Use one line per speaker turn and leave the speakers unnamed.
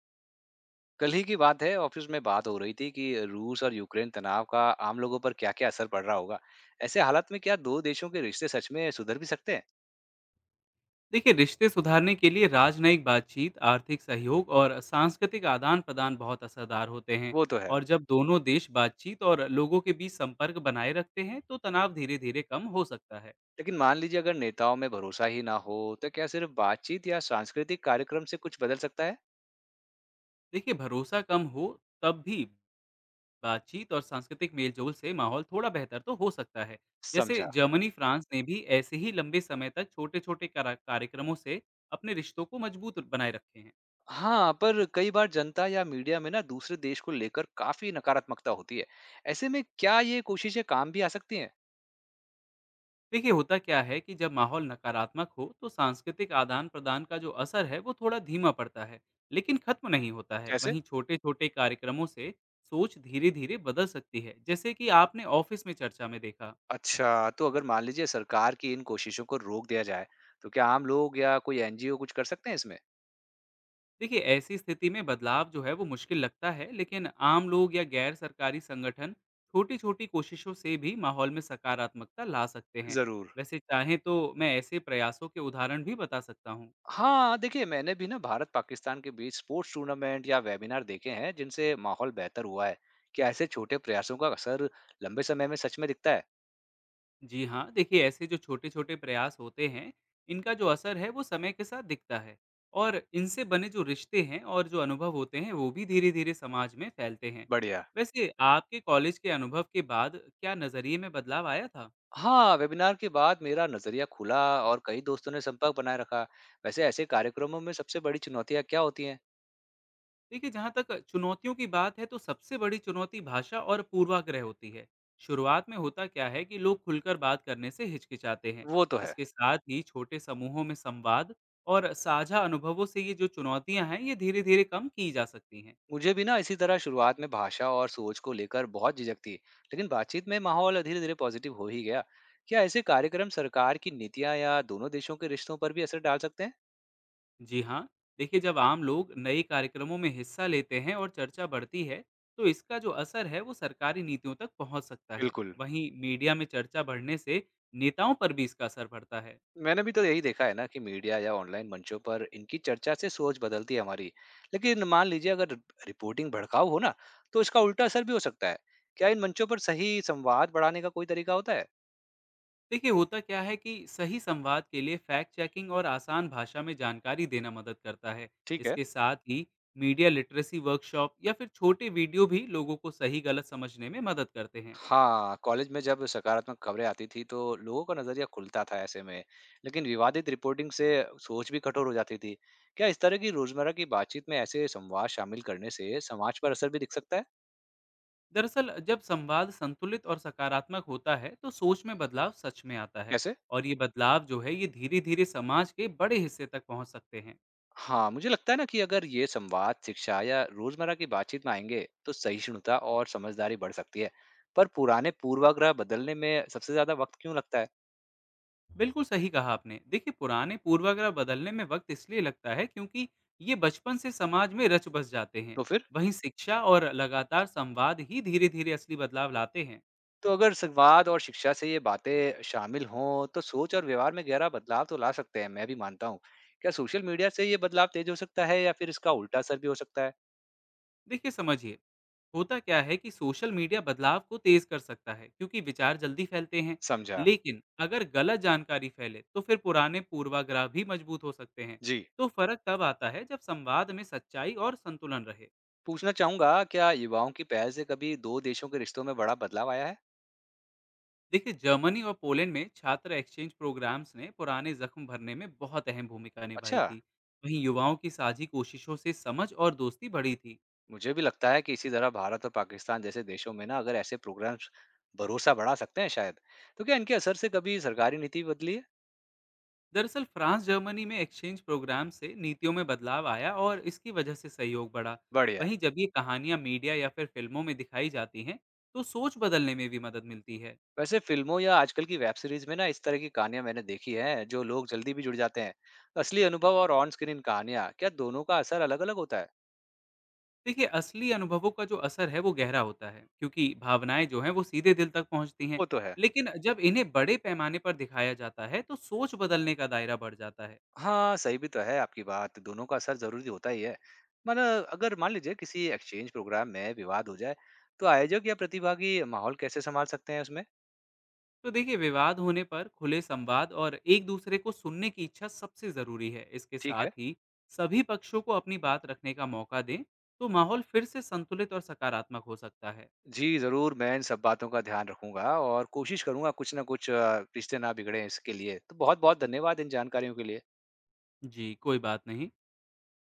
कल ही की बात है, ऑफिस में बात हो रही थी कि रूस और यूक्रेन तनाव का आम लोगों पर क्या क्या असर पड़ रहा होगा। ऐसे हालात में क्या दो देशों के रिश्ते सच में सुधर भी सकते हैं?
देखिए, रिश्ते सुधारने के लिए राजनयिक बातचीत, आर्थिक सहयोग और सांस्कृतिक आदान प्रदान बहुत असरदार होते हैं।
वो तो है।
और जब दोनों देश बातचीत और लोगों के बीच संपर्क बनाए रखते हैं तो तनाव धीरे धीरे कम हो सकता है।
लेकिन मान लीजिए, अगर नेताओं में भरोसा ही ना हो तो क्या सिर्फ बातचीत या सांस्कृतिक कार्यक्रम से कुछ बदल सकता है?
देखिए, भरोसा कम हो तब भी बातचीत और सांस्कृतिक मेलजोल से माहौल थोड़ा बेहतर तो हो सकता है। जैसे
समझा।
जर्मनी, फ्रांस ने भी ऐसे ही लंबे समय तक छोटे छोटे कार्यक्रमों से अपने रिश्तों को मजबूत बनाए रखे हैं।
हाँ, पर कई बार जनता या मीडिया में ना दूसरे देश को लेकर काफी नकारात्मकता होती है। ऐसे में क्या ये कोशिशें काम भी आ सकती हैं?
देखिए, होता क्या है कि जब माहौल नकारात्मक हो तो सांस्कृतिक आदान प्रदान का जो असर है वो थोड़ा धीमा पड़ता है, लेकिन खत्म नहीं होता है।
जैसे।
वहीं छोटे छोटे कार्यक्रमों से सोच धीरे धीरे बदल सकती है, जैसे कि आपने ऑफिस में चर्चा में देखा।
अच्छा, तो अगर मान लीजिए सरकार की इन कोशिशों को रोक दिया जाए, तो क्या आम लोग या कोई एनजीओ कुछ कर सकते हैं इसमें?
देखिए, ऐसी स्थिति में बदलाव जो है वो मुश्किल लगता है, लेकिन आम लोग या गैर सरकारी संगठन छोटी छोटी कोशिशों से भी माहौल में सकारात्मकता ला सकते हैं।
जरूर।
वैसे चाहें तो मैं ऐसे प्रयासों के उदाहरण भी बता सकता हूँ।
हाँ, देखिए मैंने भी ना भारत-पाकिस्तान के बीच स्पोर्ट्स टूर्नामेंट या वेबिनार देखे हैं जिनसे माहौल बेहतर हुआ है। क्या ऐसे छोटे प्रयासों का असर लंबे समय में सच में दिखता है?
जी हाँ, देखिए ऐसे जो छोटे-छोटे प्रयास होते हैं, इनका जो असर है वो समय के साथ दिखता है। और इनसे बने जो रिश्ते हैं और जो अनुभव होते हैं वो भी धीरे-धीरे समाज में फैलते हैं।
बढ़िया।
वैसे आपके कॉलेज के अनुभव के बाद क्या नज़रिए में बदलाव आया था?
हाँ, वेबिनार के बाद मेरा नजरिया खुला और कई दोस्तों ने संपर्क बनाए रखा। वैसे ऐसे कार्यक्रमों में सबसे बड़ी चुनौतियाँ क्या होती हैं?
देखिए, जहाँ तक चुनौतियों की बात है तो सबसे बड़ी चुनौती भाषा और पूर्वाग्रह होती है। शुरुआत में होता क्या है कि लोग खुलकर बात करने से हिचकिचाते हैं।
वो तो है।
इसके साथ ही छोटे समूहों में संवाद और साझा अनुभवों से ये जो चुनौतियां हैं ये धीरे धीरे कम की जा सकती हैं।
मुझे भी ना इसी तरह शुरुआत में भाषा और सोच को लेकर बहुत झिझक थी, लेकिन बातचीत में माहौल धीरे धीरे पॉजिटिव हो ही गया। क्या ऐसे कार्यक्रम सरकार की नीतियां या दोनों देशों के रिश्तों पर भी असर डाल सकते हैं?
जी हाँ। देखिए, जब आम लोग नए कार्यक्रमों में हिस्सा लेते हैं और चर्चा बढ़ती है तो इसका जो असर है वो सरकारी नीतियों तक पहुंच सकता है।
बिल्कुल।
वहीं मीडिया में चर्चा बढ़ने से नेताओं पर भी इसका असर पड़ता है।
मैंने भी तो यही देखा है ना कि मीडिया या ऑनलाइन मंचों पर इनकी चर्चा से सोच बदलती है हमारी। लेकिन मान लीजिए, अगर रिपोर्टिंग भड़काऊ हो ना तो इसका उल्टा असर भी हो सकता है। क्या इन मंचों पर सही संवाद बढ़ाने का कोई तरीका होता है?
देखिए, होता क्या है कि सही संवाद के लिए फैक्ट चेकिंग और आसान भाषा में जानकारी देना मदद करता है।
ठीक है।
इसके साथ ही मीडिया लिटरेसी वर्कशॉप या फिर छोटे वीडियो भी लोगों को सही गलत समझने में मदद करते हैं।
हाँ, कॉलेज में जब सकारात्मक खबरें आती थी तो लोगों का नज़रिया खुलता था ऐसे में। लेकिन विवादित रिपोर्टिंग से सोच भी कठोर हो जाती थी। क्या इस तरह की रोज़मर्रा की बातचीत में ऐसे संवाद शामिल करने से समाज पर असर भी दिख सकता है?
दरअसल जब संवाद संतुलित और सकारात्मक होता है तो सोच में बदलाव सच में आता है।
कैसे?
और ये बदलाव जो है ये धीरे धीरे समाज के बड़े हिस्से तक पहुंच सकते हैं।
हाँ, मुझे लगता है ना कि अगर ये संवाद शिक्षा या रोज़मर्रा की बातचीत में आएँगे तो सहिष्णुता और समझदारी बढ़ सकती है। पर पुराने पूर्वाग्रह बदलने में सबसे ज़्यादा वक़्त क्यों लगता है?
बिल्कुल सही कहा आपने। देखिए, पुराने पूर्वाग्रह बदलने में वक़्त इसलिए लगता है क्योंकि ये बचपन से समाज में रच बस जाते हैं।
तो फिर?
वहीं शिक्षा और लगातार संवाद ही धीरे-धीरे असली बदलाव लाते हैं।
तो अगर संवाद और शिक्षा से ये बातें शामिल हों तो सोच और व्यवहार में गहरा बदलाव तो ला सकते हैं, मैं भी मानता हूँ। क्या सोशल मीडिया से ये बदलाव तेज हो सकता है या फिर इसका उल्टा असर भी हो सकता है?
देखिए, समझिए, होता क्या है कि सोशल मीडिया बदलाव को तेज़ कर सकता है क्योंकि विचार जल्दी फैलते हैं।
समझा।
लेकिन अगर गलत जानकारी फैले तो फिर पुराने पूर्वाग्रह भी मजबूत हो सकते हैं।
जी।
तो फ़र्क तब आता है जब संवाद में सच्चाई और संतुलन रहे।
पूछना चाहूंगा, क्या युवाओं की पहल से कभी दो देशों के रिश्तों में बड़ा बदलाव आया है?
देखिए, जर्मनी और पोलैंड में छात्र एक्सचेंज प्रोग्राम्स ने पुराने जख्म भरने में बहुत अहम भूमिका निभाई
अच्छा।
थी। वहीं युवाओं की साझी कोशिशों से समझ और दोस्ती बढ़ी थी।
मुझे भी लगता है कि इसी तरह भारत और पाकिस्तान जैसे देशों में ना अगर ऐसे प्रोग्राम्स भरोसा बढ़ा सकते हैं शायद। तो क्या इनके असर से कभी सरकारी नीति बदली है?
दरअसल फ्रांस, जर्मनी में एक्सचेंज प्रोग्राम से नीतियों में बदलाव आया और इसकी वजह से सहयोग बढ़ा।
बढ़िया।
वहीं जब ये कहानियां मीडिया या फिर फिल्मों में दिखाई जाती हैं तो सोच बदलने में भी मदद मिलती है।
वैसे फिल्मों या आजकल की वेब सीरीज में ना इस तरह की कहानियां मैंने देखी हैं, जो लोग जल्दी भी जुड़ जाते हैं। असली अनुभव और ऑन स्क्रीन कहानियां, क्या दोनों का असर अलग अलग होता है?
देखिए, असली अनुभवों का जो असर है वो गहरा होता है क्योंकि भावनाएं जो हैं वो सीधे दिल तक पहुंचती हैं।
वो तो है।
लेकिन जब इन्हें बड़े पैमाने पर दिखाया जाता है तो सोच बदलने का दायरा बढ़ जाता है।
हाँ, सही भी तो है आपकी बात, दोनों का असर जरूरी होता ही है। मतलब अगर मान लीजिए किसी एक्सचेंज प्रोग्राम में विवाद हो जाए तो आयोजक या प्रतिभागी माहौल कैसे संभाल सकते हैं उसमें?
तो देखिए, विवाद होने पर खुले संवाद और एक दूसरे को सुनने की इच्छा सबसे ज़रूरी है। इसके
ठीक है।
साथ ही सभी पक्षों को अपनी बात रखने का मौका दें तो माहौल फिर से संतुलित और सकारात्मक हो सकता है।
जी जरूर, मैं इन सब बातों का ध्यान रखूंगा और कोशिश करूंगा कुछ ना कुछ, रिश्ते ना बिगड़े इसके लिए। तो बहुत बहुत धन्यवाद इन जानकारियों के लिए।
जी, कोई बात नहीं।